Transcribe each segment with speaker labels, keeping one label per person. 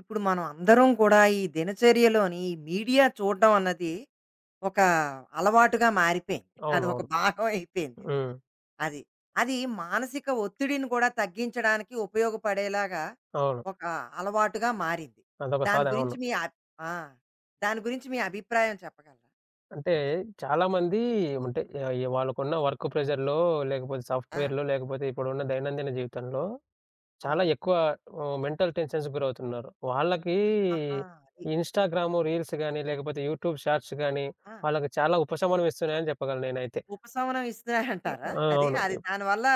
Speaker 1: ఇప్పుడు మనం అందరం కూడా ఈ దినచర్యలోని ఈ మీడియా చూడడం అన్నది ఒక అలవాటుగా మారిపోయింది. అది ఒక
Speaker 2: అవునవును.
Speaker 1: భాగం అయిపోయింది అది.
Speaker 2: హ్మ్.
Speaker 1: అది. అది మానసిక ఒత్తిడిని కూడా తగ్గించడానికి ఉపయోగపడేలాగా
Speaker 2: అవును.
Speaker 1: ఒక అలవాటుగా మారింది.
Speaker 2: అదొక
Speaker 1: దాని
Speaker 2: సాధన.
Speaker 1: గురించి
Speaker 2: అవును.
Speaker 1: మీ అబ్ ఆ! దాని గురించి మీ అభిప్రాయం చెప్పగలరా?
Speaker 2: అంటే చాలామంది అంటే ఈ వాళ్ళకున్న వర్క్ ప్రెషర్‌లో లేకపోతే
Speaker 1: ఆ!
Speaker 2: సాఫ్ట్‌వేర్‌లో లేకపోతే ఇప్పుడున్న దైనందిన జీవితంలో చాలా
Speaker 1: అవును.
Speaker 2: ఎక్కువ మెంటల్ టెన్షన్స్‌కి గురవుతున్నారు. వాళ్ళకి
Speaker 1: ఆహా! అది.
Speaker 2: ఇన్‌స్టాగ్రాము రీల్స్ గాని, లేకపోతే యూట్యూబ్ షార్ట్స్ గాని
Speaker 1: ఆ!
Speaker 2: వాళ్ళకి చాలా ఉపశమనం ఇస్తున్నాయని చెప్పగలను నేనైతే.
Speaker 1: ఉపశమనం ఇస్తున్నాయంటారా?
Speaker 2: ఆ!
Speaker 1: అది. అది
Speaker 2: అవును.
Speaker 1: దానివల్ల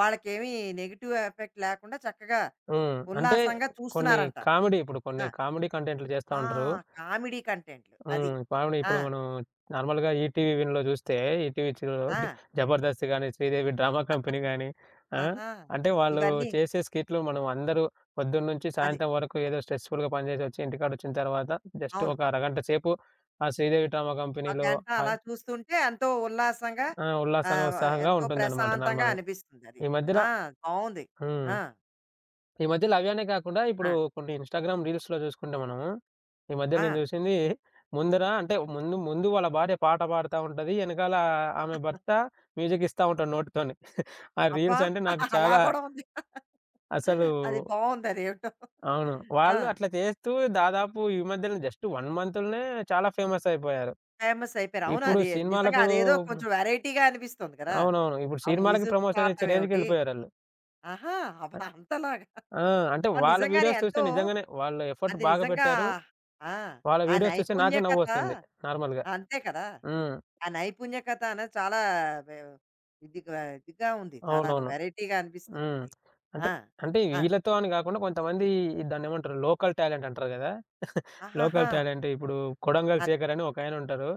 Speaker 1: వాళ్ళకేమి నెగెటివ్ ఎఫెక్ట్ లేకుండా చక్కగా
Speaker 2: హ్మ్. అంటే
Speaker 1: ఉల్లాసంగా
Speaker 2: కొన్ని
Speaker 1: చూస్తున్నారంటారు. ఆ!
Speaker 2: కొన్ని కామెడీ కంటెంట్‌లు చేస్తా
Speaker 1: ఆ!
Speaker 2: ఉంటారు.
Speaker 1: కామెడీ కంటెంట్‌లు. అది.
Speaker 2: హ్మ్. మామూలుగా
Speaker 1: ఆ!
Speaker 2: ఇప్పుడు మనం నార్మల్‌గా ఈటీవీ విన్‌లో చూస్తే, ఈటీవీ చిలో డి
Speaker 1: ఆ!
Speaker 2: 'జబర్దస్త్' గాని, 'శ్రీదేవి డ్రామా కంపెనీ' గాని. ఆ!
Speaker 1: ఆహా!
Speaker 2: అంటే వాళ్ళు
Speaker 1: ఇవన్నీ
Speaker 2: చేసే స్కిట్‌లు మనం అందరూ పొద్దున్నుంచి
Speaker 1: అది.
Speaker 2: సాయంత్రం వరకు ఏదో స్ట్రెస్‌ఫుల్‌గా పనిచేసి వచ్చి ఇంటికాడొచ్చిన తర్వాత జస్ట్
Speaker 1: అవును.
Speaker 2: ఒక అరగంట సేపు ఆ 'శ్రీదేవి డ్రామా
Speaker 1: ఒక
Speaker 2: కంపెనీలో'
Speaker 1: గంట అలా
Speaker 2: హాయ్
Speaker 1: చూస్తుంటే ఎంతో ఉల్లాసంగా
Speaker 2: ఆ! ఉల్లాసంగా,
Speaker 1: ఆహ్,
Speaker 2: ఉత్సాహంగా
Speaker 1: ఎంతో
Speaker 2: ఉంటుందన్నమాట
Speaker 1: ప్రశాంతంగా
Speaker 2: నార్మల్‌గా.
Speaker 1: అనిపిస్తుందది.
Speaker 2: ఈ మధ్యల
Speaker 1: ఆ! బావుంది.
Speaker 2: హ్మ్.
Speaker 1: ఆ!
Speaker 2: ఈ మధ్య లవ్యానే కాకుండా
Speaker 1: ఆ!
Speaker 2: ఇప్పుడు కొన్ని ఇన్‌స్టాగ్రామ్ రీల్స్‌లో చూసుకుంటే మనము, ఈ మధ్య
Speaker 1: ఆ!
Speaker 2: నేను చూసింది ముందర అంటే ముందు ముందు వాళ్ళ భార్య పాట పాడుతా ఉంటది. ఎనకాల ఆమె భర్త మ్యూజిక్ ఇస్తా ఉంటాడు నోటితోని. ఆ
Speaker 1: అబ్బా!
Speaker 2: రీల్స్ అంటే నాకు
Speaker 1: అలా
Speaker 2: చాలా
Speaker 1: కూడా ఉంది.
Speaker 2: అసలు
Speaker 1: అది బావుందదేవిటో.
Speaker 2: అవును. వాళ్ళు
Speaker 1: ఆ!
Speaker 2: అట్లా చేస్తూ దాదాపు ఈ మధ్యనే జస్ట్ 1 మంత్‌లోనే చాలా ఫేమస్ అయిపోయారు.
Speaker 1: ఫేమస్ అయిపోయారు. అవును.
Speaker 2: ఇప్పుడు
Speaker 1: అది నిజంగా
Speaker 2: సినిమాలకు
Speaker 1: అదేదో కొంచెం వెరైటీగా అనిపిస్తుంది కదా!
Speaker 2: అవునవును. ఇప్పుడు
Speaker 1: ఆ
Speaker 2: సినిమాలకి
Speaker 1: మ్యూజిక్
Speaker 2: ప్రమోషన్ ఇచ్చే
Speaker 1: పాడటం ఏమిటి?
Speaker 2: రేంజ్‌కెళ్ళిపోయారాళ్ళు.
Speaker 1: ఆహా! అబ్బా! అంతలాగా.
Speaker 2: ఆ! అంటే
Speaker 1: ఆ!
Speaker 2: వాళ్ళ
Speaker 1: నిజంగానే
Speaker 2: వీడియోస్ చూస్తే
Speaker 1: ఎంతో
Speaker 2: నిజంగానే వాళ్ళు ఎఫర్ట్
Speaker 1: అది
Speaker 2: బాగా
Speaker 1: నిజంగా
Speaker 2: పెట్టారు.
Speaker 1: ఆ!
Speaker 2: వాళ్ళ
Speaker 1: ఆ
Speaker 2: వీడియోస్ చూసి నాకే
Speaker 1: నైపుణ్యకత
Speaker 2: నవ్వొస్తుంది నార్మల్‌గా.
Speaker 1: అంతే కదా!
Speaker 2: హ్మ్.
Speaker 1: ఆ నైపుణ్యకత అనేది చాలా వె ఇదిగా ఇదిగా ఉంది. చాలాను
Speaker 2: అవునవును.
Speaker 1: వెరైటీగా అనిపిస్తుంది
Speaker 2: హ్మ్.
Speaker 1: అది.
Speaker 2: అంటే,
Speaker 1: ఆ!
Speaker 2: అంటే
Speaker 1: ఆ!
Speaker 2: వీళ్ళతో అని గాకుండా కొంతమంది దాన్నేమంటారు లోకల్ టాలెంట్ అంటారు గదా!
Speaker 1: ఆహాహా!
Speaker 2: లోకల్ టాలెంట్ ఇప్పుడు కొడంగల్
Speaker 1: అది.
Speaker 2: శేఖర్ అని ఒకాయనుంటారు.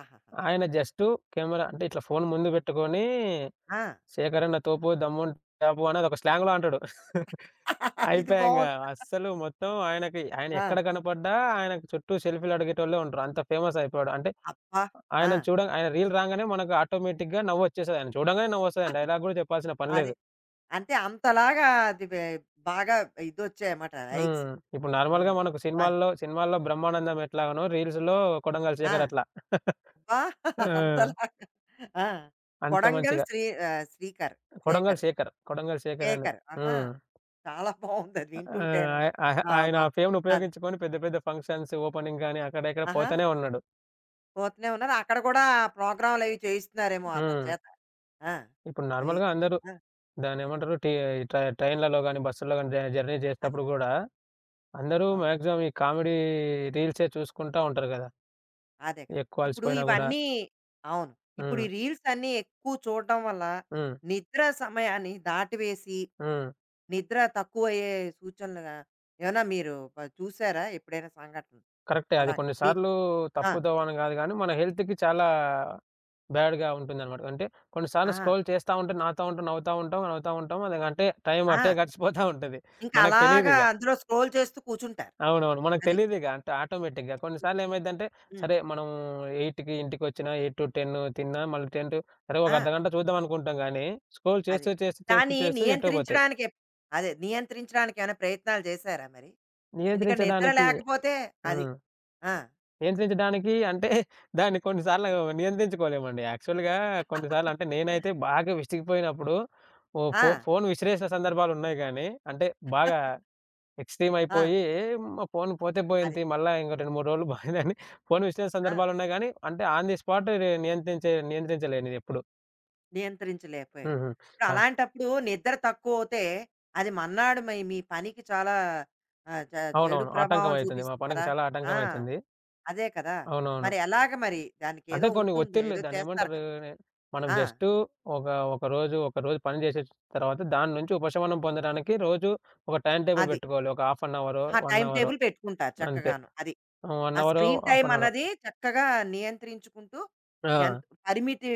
Speaker 1: ఆహాహా!
Speaker 2: ఆయన జస్ట్ కెమెరా అంటే ఇట్లా ఫోన్ ముందు పెట్టుకొని
Speaker 1: ఆ!
Speaker 2: "శేఖర్ అన్న తోపు, దమ్ముంటే ఆపు" అని అదొక స్లాంగ్‌లో అంటాడు.
Speaker 1: ఇది
Speaker 2: అయిపాయింగ.
Speaker 1: బావుంది.
Speaker 2: అస్సలు మొత్తం ఆయనకి ఆయన ఎక్కడ
Speaker 1: ఆ!
Speaker 2: కనపడ్డా ఆయనకి చుట్టూ సెల్ఫీ‌లు అడిగేటోళ్ళే ఉంటారు. అంత ఫేమస్ అయిపోయాడు. అంటే
Speaker 1: అబ్బా! ఆ!
Speaker 2: ఆయనను చూడంగా ఆయన రీల్ రాంగానే మనకు ఆటోమేటిక్‌గా నవ్వొచ్చేస్తది. ఆయన చూడంగానే నవ్వొస్తదండి. డైలాగ్ గూడా చెప్పాల్సిన పని
Speaker 1: అది.
Speaker 2: లేదు.
Speaker 1: అంటే అంతలాగా అది బె బాగా ఇదొచ్చాయన్నమాట లైక్స్.
Speaker 2: హ్మ్. ఇప్పుడు
Speaker 1: ఆ!
Speaker 2: నార్మల్‌గా మనకు
Speaker 1: వా
Speaker 2: సినిమాల్లో, సినిమాల్లో 'బ్రహ్మానందం' ఎట్లాగనో రీల్స్‌లో 'కొడంగల్ శేఖర్'
Speaker 1: ఆ!
Speaker 2: అట్లా.
Speaker 1: అబ్బా!
Speaker 2: ఆ!
Speaker 1: అంతలాగా ఆ!
Speaker 2: అంత
Speaker 1: కొడంగల్
Speaker 2: మంచిగా.
Speaker 1: శ్రీ ఆహ్,
Speaker 2: 'కొడంగల్
Speaker 1: శేఖర్.
Speaker 2: శేఖర్' 'కొడంగల్ శేఖర్' అని.
Speaker 1: శేఖర్. ఆహా!
Speaker 2: హ్మ్.
Speaker 1: చాలా బావుందది
Speaker 2: ఆ!
Speaker 1: వింటుంటేను. ఆ!
Speaker 2: ఆయన ఆ ఫేమ్‌ని
Speaker 1: అది.
Speaker 2: ఉపయోగించుకొని పెద్ద పెద్ద ఫంక్షన్స్, ఓపెనింగ్ గాని అక్కడ ఇక్కడ
Speaker 1: ఆహా!
Speaker 2: పోతనే ఉన్నాడు.
Speaker 1: పోతూనే ఉన్నారు. అక్కడ కూడా ప్రోగ్రామ్‌లవి చేయిస్తున్నారేమో అతని
Speaker 2: హ్మ్.
Speaker 1: చేత. ఆ!
Speaker 2: ఇప్పుడు
Speaker 1: అది.
Speaker 2: నార్మల్‌గా అందరూ
Speaker 1: ఆ!
Speaker 2: దాన్నేమంటారు టీ ట్రై ట్రైన్‌లలో గాని, బస్సుల్లో గాని జర్నీ
Speaker 1: అది.
Speaker 2: చేసేటప్పుడు గూడా అందరూ
Speaker 1: ఆ!
Speaker 2: మాక్సిమం ఈ కామెడీ రీల్సే చూసుకుంటా ఉంటారు గదా!
Speaker 1: అదే కదా!
Speaker 2: ఎక్కువ
Speaker 1: ఇప్పుడు
Speaker 2: అలసిపోయినా గూడా.
Speaker 1: ఇవన్నీ అవును. ఇప్పుడు ఈ
Speaker 2: హ్మ్.
Speaker 1: రీల్స్ అన్నీ ఎక్కువ చూడడం వల్ల
Speaker 2: హ్మ్.
Speaker 1: నిద్ర సమయాన్ని దాటివేసి,
Speaker 2: హ్మ్.
Speaker 1: నిద్ర తక్కువయ్యే సూచనలుగా ఏమన్నా మీరు చూసారా ఎప్పుడైనా సంఘటనలు?
Speaker 2: కరెక్టే. అది
Speaker 1: అలాగా
Speaker 2: కొన్ని
Speaker 1: మీ
Speaker 2: సార్లు
Speaker 1: ఆ!
Speaker 2: తప్పు దోవని గాదు గానీ, మన హెల్త్‌కి చాలా బ్యాడ్‌గా ఉంటుందనమాట. అంటే కొన్ని సార్లు
Speaker 1: ఆ!
Speaker 2: స్క్రోల్ చేస్తా ఉంటే నాతా ఉంటాం, నవ్వుతా ఉంటాం. అది అంటే టైం అట్టే
Speaker 1: ఆ!
Speaker 2: గడిచిపోతా ఉంటది.
Speaker 1: ఇంకా
Speaker 2: మనకు
Speaker 1: అలాగా
Speaker 2: తెలీదిగ.
Speaker 1: అందులో స్క్రోల్ చేస్తూ కూర్చుంటారు.
Speaker 2: అవునవును. మనకు
Speaker 1: అది.
Speaker 2: తెలీదిగ. అంటే ఆటోమేటిక్‌గా. కొన్ని సార్లు ఏమైద్దంటే,
Speaker 1: హ్మ్.
Speaker 2: సరే మనం 8కి ఇంటికొచ్చినా, 8-10 తిన్నా, మళ్ళీ 10 టు సరే ఒక
Speaker 1: ఆ!
Speaker 2: అర్ధగంట చూద్దాం అనుకుంటాం గానీ, స్క్రోల్
Speaker 1: అది.
Speaker 2: చేస్తూ, చేస్తూ, చేస్తూ,
Speaker 1: దాన్ని
Speaker 2: చేస్తూ ఎటో పోతాయి.
Speaker 1: నియంత్రించడానికి ఎప్ అదే నియంత్రించడానికి ఏమైనా ప్రయత్నాలు చేశారా మరి? ఎందుకంటే నిద్ర
Speaker 2: నియంత్రించడానికి
Speaker 1: లేకపోతే అది.
Speaker 2: హ్మ్.
Speaker 1: ఆ!
Speaker 2: నియంత్రించడానికి అంటే దాన్ని కొన్ని సార్లు నియంత్రించుకోలేమండి. యాక్చువల్‌గా కొన్ని సార్లు అంటే నేనైతే బాగా విసిగిపోయినప్పుడు ఓ ఫో
Speaker 1: ఆ!
Speaker 2: ఫోను విసిరేసిన సందర్భాలున్నాయి గానీ, అంటే బాగా ఎక్స్‌ట్రీమ్
Speaker 1: ఆ!
Speaker 2: అయిపోయి మా ఫోను పోతే
Speaker 1: అది.
Speaker 2: పోయింది. మళ్ళా ఇంకో 2, 3 రోజులు పోయిందని ఫోను విసిరేసిన
Speaker 1: ఆ!
Speaker 2: సందర్భాలున్నాయి గానీ, అంటే ఆన్ ది స్పాట్ రే నియంత్రించలేనిదెప్పుడు.
Speaker 1: నియంత్రించలేకపోయారు.
Speaker 2: హుహు.
Speaker 1: ఇప్పుడు
Speaker 2: ఆ!
Speaker 1: అలాంటప్పుడు నిద్ర తక్కువవుతే అది మన్నాడు మి మీ పనికి చాలా ఆహ్, చ చెడు
Speaker 2: అవునవును.
Speaker 1: ప్రభావం
Speaker 2: ఆటంకం అయితుంది. మా
Speaker 1: చూపిస్తుంది
Speaker 2: పనికి
Speaker 1: కదా!
Speaker 2: చాలా
Speaker 1: ఆ!
Speaker 2: ఆటంకం అయితుంది.
Speaker 1: అదే కదా!
Speaker 2: అవునవును.
Speaker 1: మరి ఎలాగ మరి?
Speaker 2: అంటే
Speaker 1: దానికేదో
Speaker 2: కొన్ని
Speaker 1: ఉంటుంది.
Speaker 2: ఒత్తిళ్ళు
Speaker 1: ఏదో చేస్తారు
Speaker 2: దాన్నేమంటారు?
Speaker 1: కదా!
Speaker 2: నే మనం
Speaker 1: ఆ!
Speaker 2: జస్ట్ ఒక, ఒక రోజు పని చేసిన తర్వాత దాని నుంచి ఉపశమనం పొందడానికి రోజు ఒక టైమ్ టేబుల్
Speaker 1: అది.
Speaker 2: పెట్టుకోవాలి. ఒక హాఫ్ అన్ అవరో,
Speaker 1: ఆ
Speaker 2: 1
Speaker 1: టైమ్
Speaker 2: అవరో
Speaker 1: టేబుల్ పెట్టుకుంటారు
Speaker 2: అంతే.
Speaker 1: చక్కగాను. అది.
Speaker 2: 1
Speaker 1: ఆ
Speaker 2: అవరో,
Speaker 1: స్క్రీన్
Speaker 2: హాఫ్
Speaker 1: టైమ్
Speaker 2: అన్ అవరో.
Speaker 1: అన్నది చక్కగా నియంత్రించుకుంటూ
Speaker 2: ఆ!
Speaker 1: ఎంత పరిమితి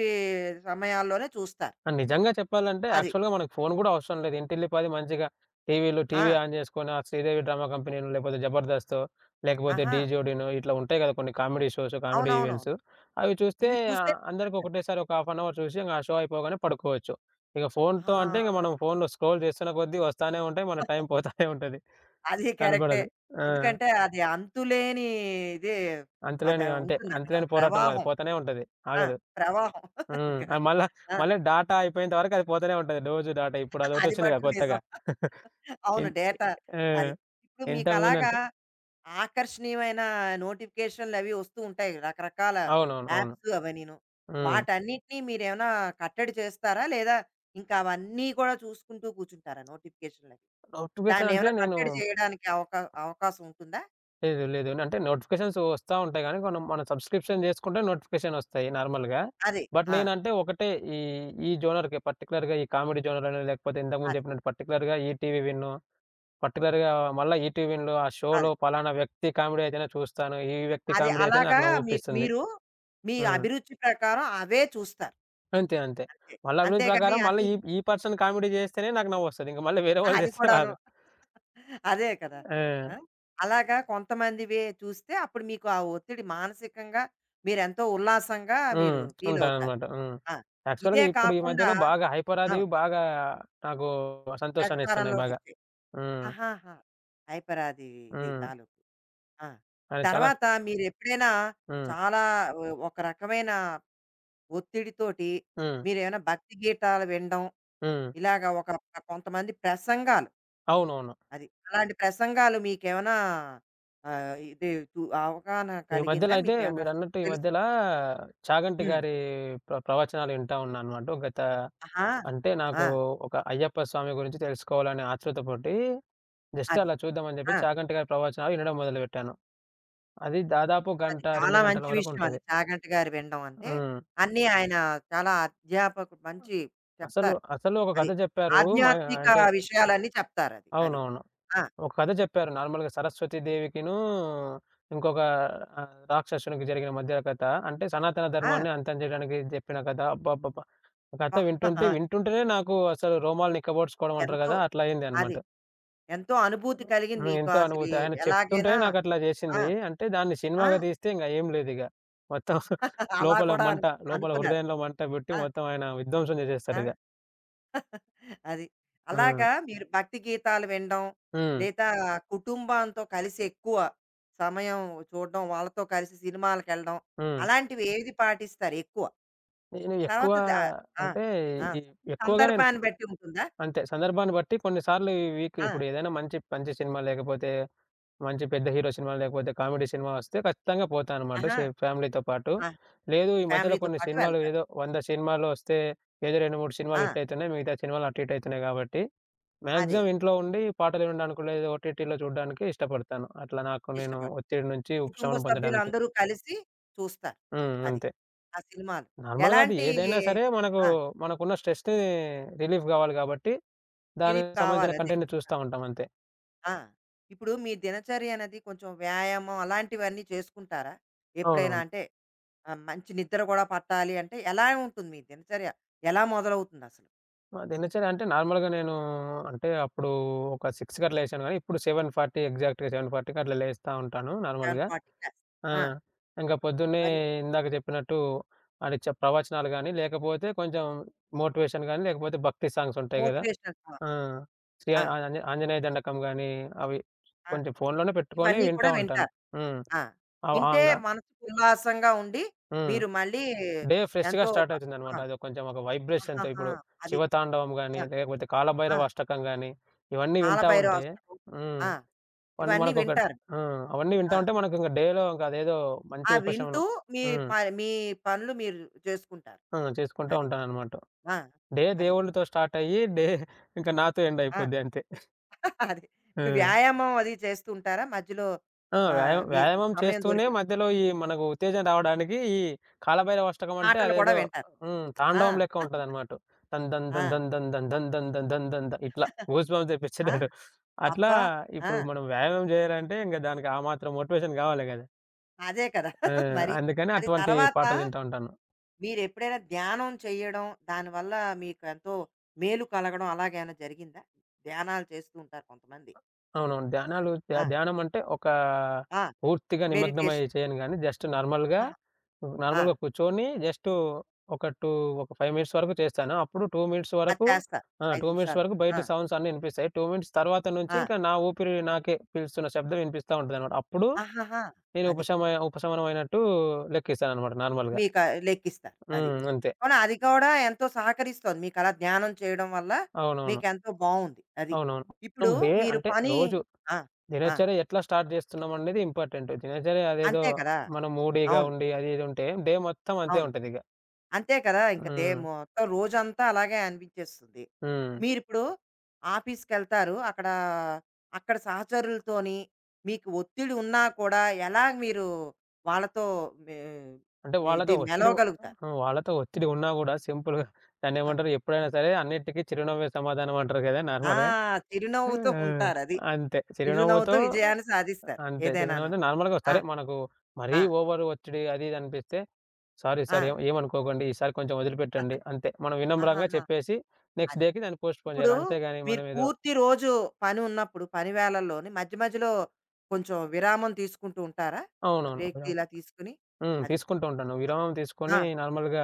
Speaker 1: సమయాల్లోనే చూస్తారు.
Speaker 2: ఆ! నిజంగా చెప్పాలంటే
Speaker 1: అది.
Speaker 2: యాక్చువల్‌గా మనకు ఫోను గూడా అవసరం లేదు. ఇంటిల్లిపాది మంచిగా
Speaker 1: ఆ!
Speaker 2: టీవీ ఆన్ జేసుకొని ఆ శ్రీదేవి డ్రామా కంపెనీనో, లేకపోతే జబర్దస్తో, లేకపోతే
Speaker 1: ఆహా!
Speaker 2: డీ జోడీనో ఇట్లా ఉంటాయి గదా! కొన్ని కామెడీ షోస్, కామెడీ
Speaker 1: అవునవును.
Speaker 2: ఈవెంట్స్. అవి చూస్తే
Speaker 1: ఇవి చూస్తే
Speaker 2: అందరికి
Speaker 1: చూస్తుంటారు.
Speaker 2: ఒకటేసారి ఒక హాఫ్ అన్ అవర్ చూసి ఇంగ ఆ షో అయిపోగానే పడుకోవచ్చు. ఇక
Speaker 1: ఆ!
Speaker 2: ఫోనుతో అంటే ఇంక మనం ఫోనులో స్క్రోల్ చేస్తున్న కొద్దీ వస్తానే ఉంటాయి. మన టైం పోతానే ఉంటది.
Speaker 1: అది కరెక్టే.
Speaker 2: కనపడదు. ఆ!
Speaker 1: ఎందుకంటే అది అంతులేని ఇది అది
Speaker 2: అంతులేని అంటే
Speaker 1: ఉంటుందక్కడ.
Speaker 2: అంతులేని పోరాటం గాదు.
Speaker 1: ప్రవాహం అది.
Speaker 2: పోతానే ఉంటది.
Speaker 1: ఆ!
Speaker 2: ఆగదు.
Speaker 1: ప్రవాహం.
Speaker 2: హ్మ్.
Speaker 1: ఇంకా
Speaker 2: ఆ!
Speaker 1: ఆ!
Speaker 2: మళ్ళీ డాటా అయిపోయేంత వరకు అది పోతూనే ఉంటది. రోజు డాటా. ఇప్పుడు
Speaker 1: అది
Speaker 2: అదొకటొచ్చిందిగా
Speaker 1: మట్టుకు
Speaker 2: కొత్తగా.
Speaker 1: నిజం. అవును.
Speaker 2: ఇంత్
Speaker 1: డేటా
Speaker 2: ఆ!
Speaker 1: అది. ఇప్పుడు మీకలాగా
Speaker 2: ఇంతకుముందంటే
Speaker 1: ఆకర్షణీయమైన నోటిఫికేషన్‌లవి వస్తూ ఉంటాయి. రకరకాల
Speaker 2: అవునవును. అవును.
Speaker 1: యాప్స్ అవన్నీను.
Speaker 2: హ్మ్.
Speaker 1: వాటన్నిటిని మీరేమైనా కట్టడి చేస్తారా? లేదా ఇంకా అవన్నీ కూడా చూసుకుంటూ కూర్చుంటారా నోటిఫికేషన్‌లవి?
Speaker 2: నోటిఫికేషన్ అంటే
Speaker 1: దాన్నేమైనా
Speaker 2: నేను
Speaker 1: కట్టడి చేయడానికి అవకాశం ఉంటుందా?
Speaker 2: లేదు, లేదు. అంటే నోటిఫికేషన్స్ వస్తా ఉంటాయి గానీ, మనం మనం సబ్‌స్క్రిప్షన్ జేసుకుంటే నోటిఫికేషన్ వస్తాయి నార్మల్‌గా.
Speaker 1: అది.
Speaker 2: బట్
Speaker 1: ఆ!
Speaker 2: నేనంటే ఒకటే ఈ, ఈ జోనర్‌కే పర్టిక్యులర్‌గా ఈ కామెడీ జోనర్ అనో, లేకపోతే ఇంతకుముందు
Speaker 1: అది.
Speaker 2: చెప్పినట్టు పర్టిక్యులర్‌గా ఈటీవీ విన్ను, పర్టిక్యులర్‌గా మళ్ళా ఈటీవీ విన్‌లో ఆ
Speaker 1: అది.
Speaker 2: షోలో పలానా వ్యక్తి కామెడీ అయితేనే చూస్తాను. ఈ వ్యక్తి
Speaker 1: అది
Speaker 2: కామెడీ అయితేనే
Speaker 1: అలాగా
Speaker 2: నాకు
Speaker 1: మీకు
Speaker 2: నవ్వొప్పిస్తుంది.
Speaker 1: మీరు మీ
Speaker 2: హ్మ్.
Speaker 1: అభిరుచి ప్రకారం అవే చూస్తారు.
Speaker 2: అంతే.
Speaker 1: అంతే.
Speaker 2: మళ్ళా అభిరుచి
Speaker 1: అంతేగాని
Speaker 2: ప్రకారం మళ్ళీ
Speaker 1: అన్నీ
Speaker 2: ఈ ఈ పర్సన్ కామెడీ జేస్తేనే నాకు నవ్వొస్తది. ఇంక మళ్ళీ వేరే వాళ్ళు
Speaker 1: అది
Speaker 2: చేస్తే
Speaker 1: కూడాను.
Speaker 2: రాదు.
Speaker 1: అదే కదా!
Speaker 2: ఆ!
Speaker 1: ఆ! అలాగా కొంతమందివే చూస్తే అప్పుడు మీకు ఆ ఒత్తిడి మానసికంగా మీరెంతో ఉల్లాసంగా మీరు
Speaker 2: హ్మ్.
Speaker 1: ఫీలవుతారు.
Speaker 2: ఉంటాననమాట. హ్మ్.
Speaker 1: ఆ!
Speaker 2: యాక్చువల్‌గా
Speaker 1: ఇదే
Speaker 2: ఇప్పుడు ఈ
Speaker 1: కాకుండా
Speaker 2: మధ్యలో బాగా 'హైపర్'
Speaker 1: ఆ!
Speaker 2: అది బాగా నాకు సంతోషాన్నిస్తున్నాయి బాగా.
Speaker 1: ప్రచారంలోకొచ్చాయి.
Speaker 2: హ్మ్.
Speaker 1: ఆహాహా! హైపరాది ఇది
Speaker 2: హ్మ్.
Speaker 1: తాలూకు. ఆ!
Speaker 2: అది చాలా
Speaker 1: తర్వాత మీరెప్పుడైనా
Speaker 2: హ్మ్.
Speaker 1: చాలా ఒక రకమైన ఒత్తిడితోటి
Speaker 2: హ్మ్.
Speaker 1: మీరేమైనా భక్తి గీతాలు వినడం
Speaker 2: హ్మ్.
Speaker 1: ఇలాగ ఒక కొంతమంది ప్రసంగాలు
Speaker 2: అవునవును.
Speaker 1: అది. అలాంటి ప్రసంగాలు మీకేమైనా ఆహ్, ఇది టు అవగాహన
Speaker 2: ఈ
Speaker 1: కలిగిందా?
Speaker 2: మధ్యలో అయితే
Speaker 1: మీకేమైనా
Speaker 2: మీరన్నట్టు ఈ
Speaker 1: తెలుసు.
Speaker 2: మధ్యలా 'చాగంటి'
Speaker 1: హ్మ్.
Speaker 2: గారి ప్రవచనాలు వింటా ఉన్నాననమాట.
Speaker 1: ఆహా!
Speaker 2: అంటే
Speaker 1: ఆ!
Speaker 2: నాకు ఒక అయ్యప్ప స్వామి గురించి తెలుసుకోవాలనే ఆతృతతోటి జస్ట్
Speaker 1: అది.
Speaker 2: అలా చూద్దామని చెప్పి
Speaker 1: ఆ!
Speaker 2: 'చాగంటి' గారి ప్రవచనాలు వినడం మొదలుపెట్టాను. అది దాదాపు
Speaker 1: అది
Speaker 2: గంట,
Speaker 1: చాలా
Speaker 2: 2 గంటల
Speaker 1: మంచి విషయం అది.
Speaker 2: వరకుంటది.
Speaker 1: 'చాగంటి' గారు వినడం అంటే,
Speaker 2: హ్మ్.
Speaker 1: అన్నీ ఆయన చాలా అధ్యాపకుడు మంచి చెప్తారు.
Speaker 2: అసలు ఒక
Speaker 1: అది.
Speaker 2: కథ చెప్పారు. మా
Speaker 1: ఆధ్యాత్మిక
Speaker 2: అంటే
Speaker 1: విషయాలన్నీ చెప్తారది. అది. అది
Speaker 2: అవునవును.
Speaker 1: ఆ!
Speaker 2: ఒక కథ చెప్పారు నార్మల్‌గా 'సరస్వతి దేవికిను' ఇంకొక రాక్షసునికి జరిగిన మధ్య కథ. అంటే సనాతన
Speaker 1: ఆ!
Speaker 2: ధర్మాన్ని అంతం చేయడానికి చెప్పిన కథ. అబ్బబ్బబ్బా! ఆ కథ
Speaker 1: అబ్బా!
Speaker 2: వింటుంటేనే నాకు అసలు రోమాలు నిక్కబొడుచుకోవడం అంటారు
Speaker 1: ఎంతో
Speaker 2: కదా! అట్లా
Speaker 1: అది.
Speaker 2: అయిందనమాట.
Speaker 1: ఎంతో అనుభూతి కలిగింది
Speaker 2: హ్మ్.
Speaker 1: మీకు
Speaker 2: ఎంతో
Speaker 1: అసలు
Speaker 2: అనుభూతి. ఆయన
Speaker 1: ఎలాగైనా
Speaker 2: చెప్తుంటేనే నాకట్లా
Speaker 1: ఆ!
Speaker 2: జేసింది. అంటే దాన్ని
Speaker 1: ఆ!
Speaker 2: సినిమాగా తీస్తే ఇంగ ఏం లేదిగ. మొత్తం
Speaker 1: అలా
Speaker 2: లోపల
Speaker 1: కూడా అను
Speaker 2: మంట, లోపల
Speaker 1: అనుకున్నారు.
Speaker 2: హృదయంలో మంట బెట్టి
Speaker 1: ఆ!
Speaker 2: మొత్తం ఆయన విధ్వంసం
Speaker 1: ఆ!
Speaker 2: జేసేస్తారిగ.
Speaker 1: అది.
Speaker 2: హ్మ్.
Speaker 1: అలాగా మీరు భక్తి గీతాలు వినడం,
Speaker 2: హ్మ్.
Speaker 1: లేదా కుటుంబంతో కలిసి ఎక్కువ సమయం చూడడం, వాళ్ళతో కలిసి సినిమాలకెళ్ళడం,
Speaker 2: హ్మ్.
Speaker 1: అలాంటివి ఏది పాటిస్తారు ఎక్కువ?
Speaker 2: నేను ఎక్కువ
Speaker 1: తర్వాత ద ఆ!
Speaker 2: అంటే
Speaker 1: ఆ!
Speaker 2: ఈ ఎక్కువగా నేను
Speaker 1: సందర్భాన్ని బట్టి ఉంటుందా?
Speaker 2: అంతే సందర్భాన్ని బట్టి కొన్ని సార్లు ఈ వీక్
Speaker 1: ఆ!
Speaker 2: ఇప్పుడు ఏదైనా మంచి సినిమా లేకపోతే మంచి పెద్ద హీరో సినిమా లేకపోతే కామెడీ సినిమా వస్తే ఖచ్చితంగా పోతానన్నమాట.
Speaker 1: ఆహా!
Speaker 2: సే ఫ్యామిలీతో పాటు.
Speaker 1: ఆ!
Speaker 2: లేదు ఈ మధ్యలో
Speaker 1: ఫ్యామిలీతో
Speaker 2: కొన్ని
Speaker 1: పాటు
Speaker 2: సినిమాలు
Speaker 1: వెళ్తారు.
Speaker 2: ఏదో 100 సినిమాలు వస్తే ఏదో 2, 3 సినిమాలు
Speaker 1: ఆ!
Speaker 2: హిట్ అయితున్నాయి. మిగతా సినిమాలు అటు ఇటు అయితున్నాయి కాబట్టి
Speaker 1: అదే.
Speaker 2: మాక్సిమం ఇంట్లో ఉండి పాటలు వినడానికి లేదా ఓటీటీలో చూడడానికి ఇష్టపడతాను. అట్లా నాకు నేను
Speaker 1: ఇష్టపడతారు.
Speaker 2: ఒత్తిడి నుంచి
Speaker 1: ఈ కుటుంబ
Speaker 2: ఉపశమనం పొందడానికి.
Speaker 1: సభ్యులందరూ కలిసి చూస్తారు.
Speaker 2: హ్మ్.
Speaker 1: అది.
Speaker 2: అంతే.
Speaker 1: ఆ సినిమాలు.
Speaker 2: నార్మల్‌గా అది
Speaker 1: ఎలాంటి
Speaker 2: ఏదైనా సరే మనకు
Speaker 1: ఆ!
Speaker 2: మనకున్న స్ట్రెస్‌ని రిలీఫ్ కావాలి కాబట్టి
Speaker 1: రిలీఫ్
Speaker 2: దానికి
Speaker 1: కావాలి.
Speaker 2: సంబంధించిన
Speaker 1: అదే.
Speaker 2: కంటెంట్ చూస్తా ఉంటాం అంతే.
Speaker 1: ఆ! ఇప్పుడు మీ దినచర్య అనేది కొంచెం వ్యాయామం అలాంటివన్నీ చేసుకుంటారా?
Speaker 2: అవును.
Speaker 1: ఎప్పుడైనా అంటే ఆహ్, మంచి నిద్ర గూడా పట్టాలి అంటే ఎలా ఉంటుంది మీ దినచర్య? ఎలా మొదలవుతుందసలు?
Speaker 2: ఆ! దినచర్య అంటే నార్మల్‌గా నేను అంటే అప్పుడు ఒక 6కి అట్లా లేచాను గానీ, ఇప్పుడు 7:40 ఎగ్జాక్ట్‌గా 7:40కి అట్లా లేస్తా ఉంటాను నార్మల్‌గా.
Speaker 1: 7:40 క్లాస్.
Speaker 2: ఆ!
Speaker 1: ఆ!
Speaker 2: ఇంక పొద్దున్నే
Speaker 1: మరి
Speaker 2: ఇందాక చెప్పినట్టు అది చ ప్రవచనాలు గానీ, లేకపోతే కొంచెం మోటివేషన్ గానీ, లేకపోతే భక్తి సాంగ్స్ ఉంటాయి గదా!
Speaker 1: Motivational song.
Speaker 2: ఆ! శ్రీ ఆ
Speaker 1: ఆ!
Speaker 2: ఆంజ ఆంజనేయ దండకం గానీ, అవి
Speaker 1: ఆ!
Speaker 2: కొంచెం ఫోన్‌లోనే పెట్టుకొని
Speaker 1: ఇవన్నీ
Speaker 2: వింటా
Speaker 1: కూడా
Speaker 2: ఉంటాను.
Speaker 1: వింటారు.
Speaker 2: హ్మ్.
Speaker 1: ఆ!
Speaker 2: అవ్
Speaker 1: వింటే
Speaker 2: ఆంగా
Speaker 1: మనసుకు ఉల్లాసంగా ఉండి
Speaker 2: హ్మ్.
Speaker 1: మీరు మళ్ళీ
Speaker 2: డే ఫ్రెష్‌గా
Speaker 1: ఎంతో
Speaker 2: స్టార్ట్ అవుతుందనమాట.
Speaker 1: ఆ!
Speaker 2: అది కొంచెం ఒక వైబ్రేషన్‌తో
Speaker 1: ఆహాహా!
Speaker 2: ఇప్పుడు
Speaker 1: అది.
Speaker 2: శివతాండవం గాని,
Speaker 1: ఆ!
Speaker 2: లేకపోతే
Speaker 1: ఆ!
Speaker 2: కాలభైరవ అష్టకం గాని, ఇవన్నీ వింటా
Speaker 1: కాలభైరవ
Speaker 2: ఉంటే
Speaker 1: అష్టకం.
Speaker 2: హ్మ్.
Speaker 1: ఆ! ఇవన్నీ
Speaker 2: మనకొక
Speaker 1: వింటారు.
Speaker 2: హ్మ్. అవన్నీ వింటా
Speaker 1: ఆ!
Speaker 2: ఉంటే మనకింక డేలో ఇంక అదేదో మంచి
Speaker 1: ఆ! వింటూ
Speaker 2: ఉపశమనం.
Speaker 1: మీ
Speaker 2: హ్మ్.
Speaker 1: ప మీ పనులు మీరు చేసుకుంటారు.
Speaker 2: హ్మ్. చేసుకుంటా
Speaker 1: అది.
Speaker 2: ఉంటాననమాట.
Speaker 1: ఆ!
Speaker 2: డే
Speaker 1: అది.
Speaker 2: దేవుళ్ళతో స్టార్ట్ అయ్యి, డే ఇంక నాతో ఎండ్
Speaker 1: ఆ!
Speaker 2: అయిపోద్ది అంతే.
Speaker 1: అది. ఇప్పుడు
Speaker 2: హ్మ్.
Speaker 1: వ్యాయామం అది చేస్తూ ఉంటారా? మధ్యలో
Speaker 2: ఆ!
Speaker 1: ఆహ్,
Speaker 2: వ్యాయామం
Speaker 1: మీ
Speaker 2: వ్యాయామం
Speaker 1: సమయం
Speaker 2: చేస్తూనే
Speaker 1: దొరికిన
Speaker 2: మధ్యలో ఈ మనకు ఉత్తేజం రావడానికి ఈ కాలభైరవ అష్టకం అంటే
Speaker 1: పాటలు కూడా
Speaker 2: అదేదో
Speaker 1: వింటారు.
Speaker 2: హ్మ్.
Speaker 1: ఆ!
Speaker 2: తాండవం లెక్క ఉంటదనమాట. దన్ దన్
Speaker 1: ఆ!
Speaker 2: దన్ దన్ దన్ దన్ దన్ దన్ దన్ దన్ దన్ ద ఇట్లా గూస్ బంప్స్
Speaker 1: ఆ!
Speaker 2: తెప్పిచ్చేటట్టు. అట్లా
Speaker 1: అబ్బా! ఆ!
Speaker 2: ఇప్పుడు మనం వ్యాయామం జేయాలంటే ఇంక దానికి ఆ మాత్రం మోటివేషన్ గావాలి గదా!
Speaker 1: అదే కదా!
Speaker 2: ఆ!
Speaker 1: మరి.
Speaker 2: అందుకని
Speaker 1: అది
Speaker 2: అటువంటి
Speaker 1: తర్వాత
Speaker 2: పాటలింటా ఉంటాను.
Speaker 1: మీరెప్పుడైనా ధ్యానం చేయడం, దానివల్ల మీకు ఎంతో మేలు కలగడం అలాగేమైనా జరిగిందా? ధ్యానాలు చేస్తూ ఉంటారు కొంతమంది.
Speaker 2: అవునవును. ధ్యానాలు ధ్యా
Speaker 1: ఆ!
Speaker 2: ధ్యానం అంటే ఒక
Speaker 1: ఆ!
Speaker 2: పూర్తిగా నిమగ్నమై
Speaker 1: మెడిటేషన్.
Speaker 2: చేయను గానీ, జస్ట్ నార్మల్‌గా,
Speaker 1: ఆహా! ఆ!
Speaker 2: నార్మల్‌గా కూర్చొని జస్ట్ ఒక 2 ఒక 5 మినిట్స్ వరకు చేస్తాను. అప్పుడు 2 మినిట్స్
Speaker 1: అది
Speaker 2: వరకు
Speaker 1: చేస్తారు.
Speaker 2: ఆ!
Speaker 1: 5
Speaker 2: 2 మినిట్స్
Speaker 1: నిమిషాలు.
Speaker 2: వరకు
Speaker 1: ఆ!
Speaker 2: బయటి సౌండ్స్ అన్నీ ఇనిపిస్తాయి. 2 మినిట్స్ తర్వాత నుంచి
Speaker 1: ఆ!
Speaker 2: ఇంకా నా ఊపిరి నాకే పీలుస్తున్న శబ్దం వినిపిస్తా ఉంటదనమాట. అప్పుడు
Speaker 1: ఆహాహా!
Speaker 2: నేను
Speaker 1: అది.
Speaker 2: ఉపశమనం అయినట్టు లెక్కిస్తాననమాట నార్మల్‌గా.
Speaker 1: మీక లెక్కిస్తారు. అది.
Speaker 2: హ్మ్. అంతే.
Speaker 1: అవును. అది కూడా ఎంతో సహకరిస్తోంది. మీకలా ధ్యానం చేయడం వల్ల
Speaker 2: అవునవును.
Speaker 1: మీకెంతో బావుంది. అది.
Speaker 2: అవునవును.
Speaker 1: ఇప్పుడు
Speaker 2: మొత్తం డే
Speaker 1: మీరు
Speaker 2: అంటే
Speaker 1: పని
Speaker 2: రోజు
Speaker 1: ఆ! ఆ!
Speaker 2: దినచర్య ఎట్లా స్టార్ట్ చేస్తున్నాం అనేది ఇంపార్టెంట్. దినచర్య అదేదో
Speaker 1: అంతే కదా!
Speaker 2: మనం మూడీగా
Speaker 1: అవును.
Speaker 2: ఉండి అది ఇది ఉంటే డే మొత్తం అంతే
Speaker 1: అవును.
Speaker 2: ఉంటదిక.
Speaker 1: అంతే కదా! ఇంక దే
Speaker 2: హ్మ్.
Speaker 1: మొత్తం రోజంతా అలాగే అనిపించేస్తుంది.
Speaker 2: హ్మ్.
Speaker 1: మీరిప్పుడు ఆఫీస్‌కెళ్తారు. అక్కడ, అక్కడ సహచరులతోని మీకు ఒత్తిడి ఉన్నా కూడా ఎలా మీరు వాళ్ళతో మే
Speaker 2: అంటే
Speaker 1: మే ఇది
Speaker 2: వాళ్ళతో ఒత్తిడి
Speaker 1: మెలవగలుగుతారు?
Speaker 2: హ్మ్. వాళ్ళతో ఒత్తిడి ఉన్నా గూడా సింపుల్‌గా
Speaker 1: ఆ!
Speaker 2: దాన్నేమంటారు ఎప్పుడైనా సరే అన్నిటికి చిరునవ్వే సమాధానం అంటారు కదా!
Speaker 1: ఆ!
Speaker 2: నార్మల్‌గా.
Speaker 1: చిరునవ్వుతో
Speaker 2: హ్మ్.
Speaker 1: ఉంటారది.
Speaker 2: అంతే.
Speaker 1: చిరునవ్వుతో
Speaker 2: చిరునవ్వుతో
Speaker 1: విజయాన్ని సాధిస్తారు
Speaker 2: అంతే.
Speaker 1: ఏదైనాను.
Speaker 2: చిరునవ్వుతో నార్మల్‌గా
Speaker 1: ఆ!
Speaker 2: సరే మనకు
Speaker 1: ఆ!
Speaker 2: మరీ ఓవర్ ఒత్తిడి అది ఇది అనిపిస్తే సారీ
Speaker 1: ఆ!
Speaker 2: సార్ ఏమనుకోకండి. ఈసారి కొంచెం వదిలిపెట్టండి. అంతే. మనం వినమ్రంగా
Speaker 1: ఆహాహా!
Speaker 2: చెప్పేసి నెక్స్ట్
Speaker 1: అది.
Speaker 2: డేకి దాన్ని పోస్ట్‌పోన్
Speaker 1: ఇప్పుడు
Speaker 2: చేయాలి. అంతేగాని
Speaker 1: మీరు
Speaker 2: మనమేదో
Speaker 1: పూర్తి రోజు పని ఉన్నప్పుడు, పని వేళల్లోని మధ్య మధ్యలో కొంచెం విరామం తీసుకుంటూ ఉంటారా?
Speaker 2: అవునవును.
Speaker 1: బ్రేక్
Speaker 2: విరామం.
Speaker 1: ఇలా తీసుకొని
Speaker 2: హ్మ్.
Speaker 1: అది.
Speaker 2: తీసుకుంటూ ఉంటాను. విరామం
Speaker 1: ఆ!
Speaker 2: తీసుకొని నార్మల్‌గా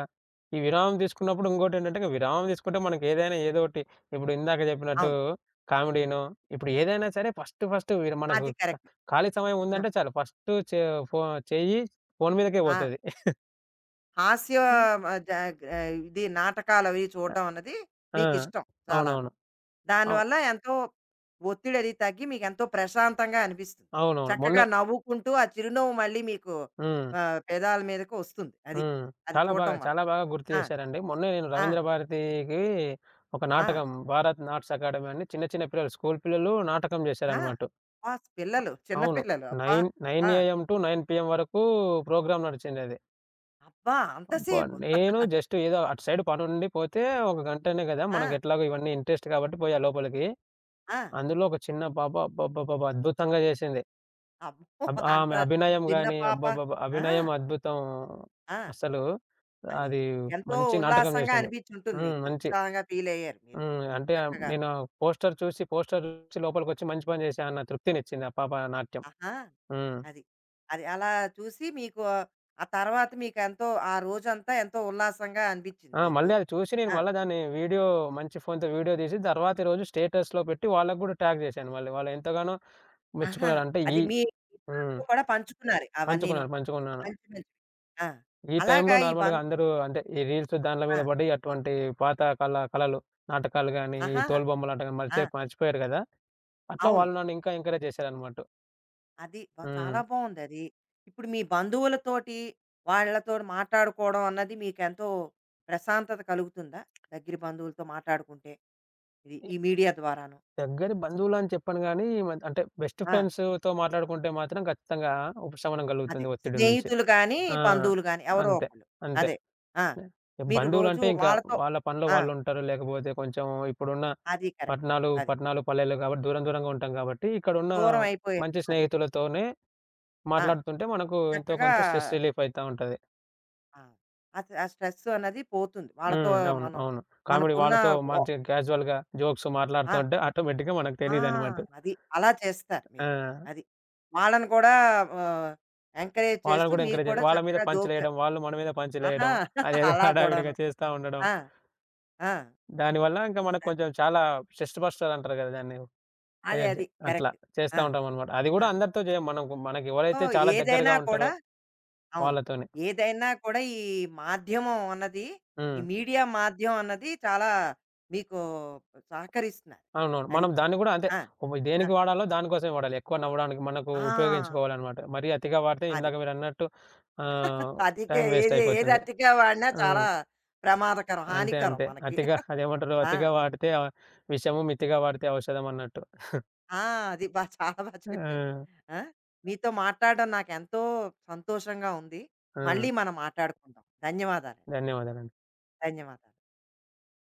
Speaker 2: ఈ విరామం తీసుకున్నప్పుడు ఇంకోటేంటంటే, ఇక విరామం తీసుకుంటే మనకేదైనా ఏదో ఒకటి ఇప్పుడు ఇందాక చెప్పినట్టు
Speaker 1: అవును.
Speaker 2: కామెడీనో, ఇప్పుడు ఏదైనా సరే ఫస్ట్ ఫస్ట్ వీరు మనకు
Speaker 1: అది కరెక్ట్.
Speaker 2: ఖాళీ సమయం
Speaker 1: ఆ!
Speaker 2: ఉందంటే చాలు ఫస్ట్ చె ఫో చెయ్యి ఫోను మీదకే
Speaker 1: ఆ!
Speaker 2: పోతది.
Speaker 1: హాస్య మ జ ఆహ్, ఇది నాటకాలవి
Speaker 2: ఆ!
Speaker 1: చూడడం అన్నది
Speaker 2: ఆ!
Speaker 1: మీకిష్టం చాలాను.
Speaker 2: అవునవును. అవు
Speaker 1: దానివల్ల ఎంతో ఒత్తిడది తగ్గి మీకెంతో ప్రశాంతంగా అనిపిస్తుంది.
Speaker 2: అవునవును.
Speaker 1: చక్కగా
Speaker 2: మొన్నే
Speaker 1: నవ్వుకుంటూ ఆ చిరునవ్వు మళ్ళీ మీకు
Speaker 2: హ్మ్.
Speaker 1: ఆహ్, పెదాల మీదకు వస్తుంది. అది.
Speaker 2: హ్మ్.
Speaker 1: అది చూడడం వల్ల.
Speaker 2: చాలా బాగా గుర్తు
Speaker 1: ఆ!
Speaker 2: చేశారండి. మొన్నే నేను
Speaker 1: ఆ!
Speaker 2: రవీంద్ర భారతికి ఒక
Speaker 1: ఆ!
Speaker 2: నాటకం 'భారత్ నాట్స్ అకాడమీ' అని చిన్న చిన్న పిల్లలు స్కూల్ పిల్లలు నాటకం
Speaker 1: ఆ!
Speaker 2: చేశారన్నమాట.
Speaker 1: అబ్బా! పిల్లలు చిన్న
Speaker 2: అవును.
Speaker 1: పిల్లలు. అబ్బా! ఆ!
Speaker 2: 9 ఏఎం టు 9 పీఎం వరకు ప్రోగ్రామ్ నడిచిందది.
Speaker 1: అబ్బా!
Speaker 2: అబ్బా!
Speaker 1: అంతసేపు.
Speaker 2: నేను జస్ట్ ఏదో అటు సైడ్ పనుండి పోతే ఒక గంటనే గదా!
Speaker 1: ఆ!
Speaker 2: మనకెట్లాగో ఇవన్నీ ఇంట్రెస్ట్ కాబట్టి పోయా లోపలికి.
Speaker 1: ఆ!
Speaker 2: అందులో ఒక చిన్న పాప అబ్బబ్బబ్బబ్బా! అద్భుతంగా జేసింది.
Speaker 1: అమ్మో! అంత
Speaker 2: ఆమె అభినయం
Speaker 1: చిన్న
Speaker 2: గాని
Speaker 1: పాప.
Speaker 2: అబ్బబ్బబ్బా!
Speaker 1: ఆ!
Speaker 2: అభినయం అద్భుతం.
Speaker 1: ఆ!
Speaker 2: అసలు
Speaker 1: అది.
Speaker 2: అది
Speaker 1: ఎంతో
Speaker 2: మంచి నాటకం
Speaker 1: ఉల్లాసంగా
Speaker 2: జేసింది.
Speaker 1: అనిపించుంటుంది
Speaker 2: హ్మ్.
Speaker 1: మీకు.
Speaker 2: మంచి
Speaker 1: ఉత్సాహంగా ఫీల్ అయ్యారు మీరు.
Speaker 2: హ్మ్. అంటే
Speaker 1: చక్కగాను.
Speaker 2: నేను పోస్టర్ చూసి లోపలికొచ్చి మంచి పని జేశా అన్న తృప్తినిచ్చింది ఆ పాప నాట్యం.
Speaker 1: ఆహా!
Speaker 2: హ్మ్.
Speaker 1: అది. అది అలా చూసి మీకు ఆ తర్వాత మీకెంతో ఆ రోజంతా ఎంతో ఉల్లాసంగా అనిపించింది
Speaker 2: ఆ!
Speaker 1: మీకు.
Speaker 2: మళ్ళీ అది చూసి నేను
Speaker 1: ఆ!
Speaker 2: మళ్ళా దాన్ని వీడియో మంచి ఫోన్‌తో వీడియో తీసి తర్వాతి రోజు స్టేటస్‌లో పెట్టి వాళ్ళకి గూడా ట్యాగ్ చేశాను మళ్ళీ. వాళ్ళు ఎంతగానో
Speaker 1: ఆహా!
Speaker 2: మెచ్చుకున్నారు. అంటే
Speaker 1: అది
Speaker 2: ఈ
Speaker 1: మీ మిత్రులతో
Speaker 2: హ్మ్.
Speaker 1: కూడా పంచుకున్నారు అవన్నీను.
Speaker 2: పంచుకున్నాను.
Speaker 1: మంచి మంచివి. ఆ!
Speaker 2: ఈ టైంలో
Speaker 1: అలాగా ఈ బం
Speaker 2: నార్మల్‌గా అందరూ అంటే ఈ రీల్స్ దాన్ల మీద
Speaker 1: ఆ!
Speaker 2: పడి అటువంటి పాత కళలు, నాటకాలు గాని, ఈ
Speaker 1: ఆహా!
Speaker 2: తోలుబొమ్మలాట గాని
Speaker 1: ఆ!
Speaker 2: మర్చిపోయారు గదా! అట్లా
Speaker 1: అవును.
Speaker 2: వాళ్ళు నన్ను ఇంకా ఎంకరేజ్ చేశారనమాట.
Speaker 1: అది బ
Speaker 2: హ్మ్.
Speaker 1: చాలా బావుందది. ఇప్పుడు మీ బంధువులతోటి, వాళ్ళతోటి మాట్లాడుకోవడం అన్నది మీకెంతో ప్రశాంతత కలుగుతుందా? దగ్గర బంధువులతో మాట్లాడుకుంటే, ఇది
Speaker 2: ఈ
Speaker 1: ఈ మీడియా ద్వారాను?
Speaker 2: దగ్గరి బంధువులని చెప్పను గానీ మన్ అంటే బెస్ట్
Speaker 1: ఆ!
Speaker 2: ఫ్రెండ్స్‌తో మాట్లాడుకుంటే మాత్రం ఖచ్చితంగా ఉపశమనం
Speaker 1: అదే.
Speaker 2: కలుగుతుంది ఒత్తిడి నుంచి.
Speaker 1: స్నేహితులు గానీ,
Speaker 2: ఆ!
Speaker 1: బంధువులు గానీ ఎవరో
Speaker 2: అంతే.
Speaker 1: ఒకళ్ళు.
Speaker 2: అంతే.
Speaker 1: అదే. ఆ! మీరు రోజు
Speaker 2: బంధువులంటే ఇంకా
Speaker 1: వాళ్ళతో
Speaker 2: వాళ్ళ పనిలో
Speaker 1: ఆ!
Speaker 2: వాళ్ళుంటారు. లేకపోతే కొంచెం ఇప్పుడున్న
Speaker 1: అది కరెక్ట్.
Speaker 2: పట్టణాలు,
Speaker 1: అది.
Speaker 2: పట్టణాలు, పల్లెలు కాబట్టి దూరం దూరంగా ఉంటాం కాబట్టి ఇక్కడున్న
Speaker 1: దూరం అయిపోయారు.
Speaker 2: మంచి
Speaker 1: అది.
Speaker 2: స్నేహితులతోనే
Speaker 1: ఆ!
Speaker 2: మాట్లాడుతుంటే మనకు ఎంతో
Speaker 1: చక్కగా
Speaker 2: కొంత స్ట్రెస్ రిలీఫ్ అయితా ఉంటది.
Speaker 1: ఆ! ఆ! ఆ స్ట్రెస్ అన్నది పోతుంది. వాళ్ళతో
Speaker 2: హ్మ్. అవును.
Speaker 1: మనం
Speaker 2: అవును. కామెడీ
Speaker 1: మనకున్న
Speaker 2: వాళ్ళతో
Speaker 1: ఒ
Speaker 2: మంచిగా క్యాజువల్‌గా జోక్స్ మాట్లాడుతూ
Speaker 1: ఆ!
Speaker 2: ఉంటే ఆటోమేటిక్‌గా మనకు
Speaker 1: ఆ!
Speaker 2: తెలీదనమాట.
Speaker 1: అది. అలా చేస్తారు మీరు.
Speaker 2: ఆ!
Speaker 1: అది. వాళ్ళని కూడా ఆహ్, ఎంకరేజ్
Speaker 2: వాళ్ళని
Speaker 1: చేస్తూ
Speaker 2: గూడా
Speaker 1: మీకు
Speaker 2: ఎంకరేజ్ చేసి
Speaker 1: కూడా
Speaker 2: వాళ్ళ మీద
Speaker 1: చక్కగా జోక్స్ అవి
Speaker 2: పంచులేయడం, వాళ్ళు మన మీద
Speaker 1: ఆహా!
Speaker 2: పంచులేయడం, అదేదో
Speaker 1: అలా కూడాను.
Speaker 2: హడావిడిగా చేస్తా ఉండడం.
Speaker 1: ఆ! ఆ!
Speaker 2: దానివల్ల ఇంకా మనకు
Speaker 1: అది.
Speaker 2: కొంచెం చాలా స్ట్రెస్ బస్టర్ అంటారు గదా! దాన్ని.
Speaker 1: అదే.
Speaker 2: ఎనర్జీ.
Speaker 1: అది.
Speaker 2: అట్లా
Speaker 1: కరెక్ట్.
Speaker 2: చేస్తా
Speaker 1: ఆ!
Speaker 2: ఉంటామనమాట. అది
Speaker 1: ఆ!
Speaker 2: గూడా అందరితో జేయం.
Speaker 1: సో,
Speaker 2: మనకెవరైతే చాలా
Speaker 1: ఏదైనా
Speaker 2: దగ్గరగా
Speaker 1: కూడా
Speaker 2: ఉంటారో
Speaker 1: అవును.
Speaker 2: వాళ్ళతోనే.
Speaker 1: ఏదైనా కూడా ఈ మాధ్యమం అన్నది, ఈ
Speaker 2: హ్మ్.
Speaker 1: మీడియా మాధ్యమం అన్నది చాలా మీకు సహకరిస్తున్నారు.
Speaker 2: అవునవును.
Speaker 1: అది.
Speaker 2: మనం దాన్ని గూడా అంటే
Speaker 1: ఆ! ఆ!
Speaker 2: దేనికి వాడాలో దానికోసమే వాడాలి. ఎక్కువ నవ్వడానికి మనకు
Speaker 1: ఆ!
Speaker 2: ఉపయోగించుకోవాలనమాట. మరీ అతిగా వాడితే
Speaker 1: అది.
Speaker 2: ఇందాక మీరన్నట్టు ఆహ్,
Speaker 1: అధికే
Speaker 2: టైం వేస్ట్
Speaker 1: ఏది ఏది
Speaker 2: అయిపోతుంది.
Speaker 1: అతిగా వాడినా
Speaker 2: ఆ!
Speaker 1: చాలా ప్రమాదకరం,
Speaker 2: అంతే.
Speaker 1: హానికరం
Speaker 2: అంతే.
Speaker 1: మనకి.
Speaker 2: అతిగా అదేమంటారు
Speaker 1: ఆ!
Speaker 2: అతిగా వాడితే ఆ విషము, మితిగా వాడితే ఔషధం అన్నట్టు.
Speaker 1: ఆ! అది బా చాలా బా చెప్పారు.
Speaker 2: ఆ!
Speaker 1: ఆ! మీతో మాట్లాడడం నాకెంతో సంతోషంగా ఉంది.
Speaker 2: ఆ!
Speaker 1: మళ్ళీ మనం మాట్లాడుకుందాం. ధన్యవాదాలండి.
Speaker 2: ధన్యవాదాలండి.
Speaker 1: ధన్యవాదాలు.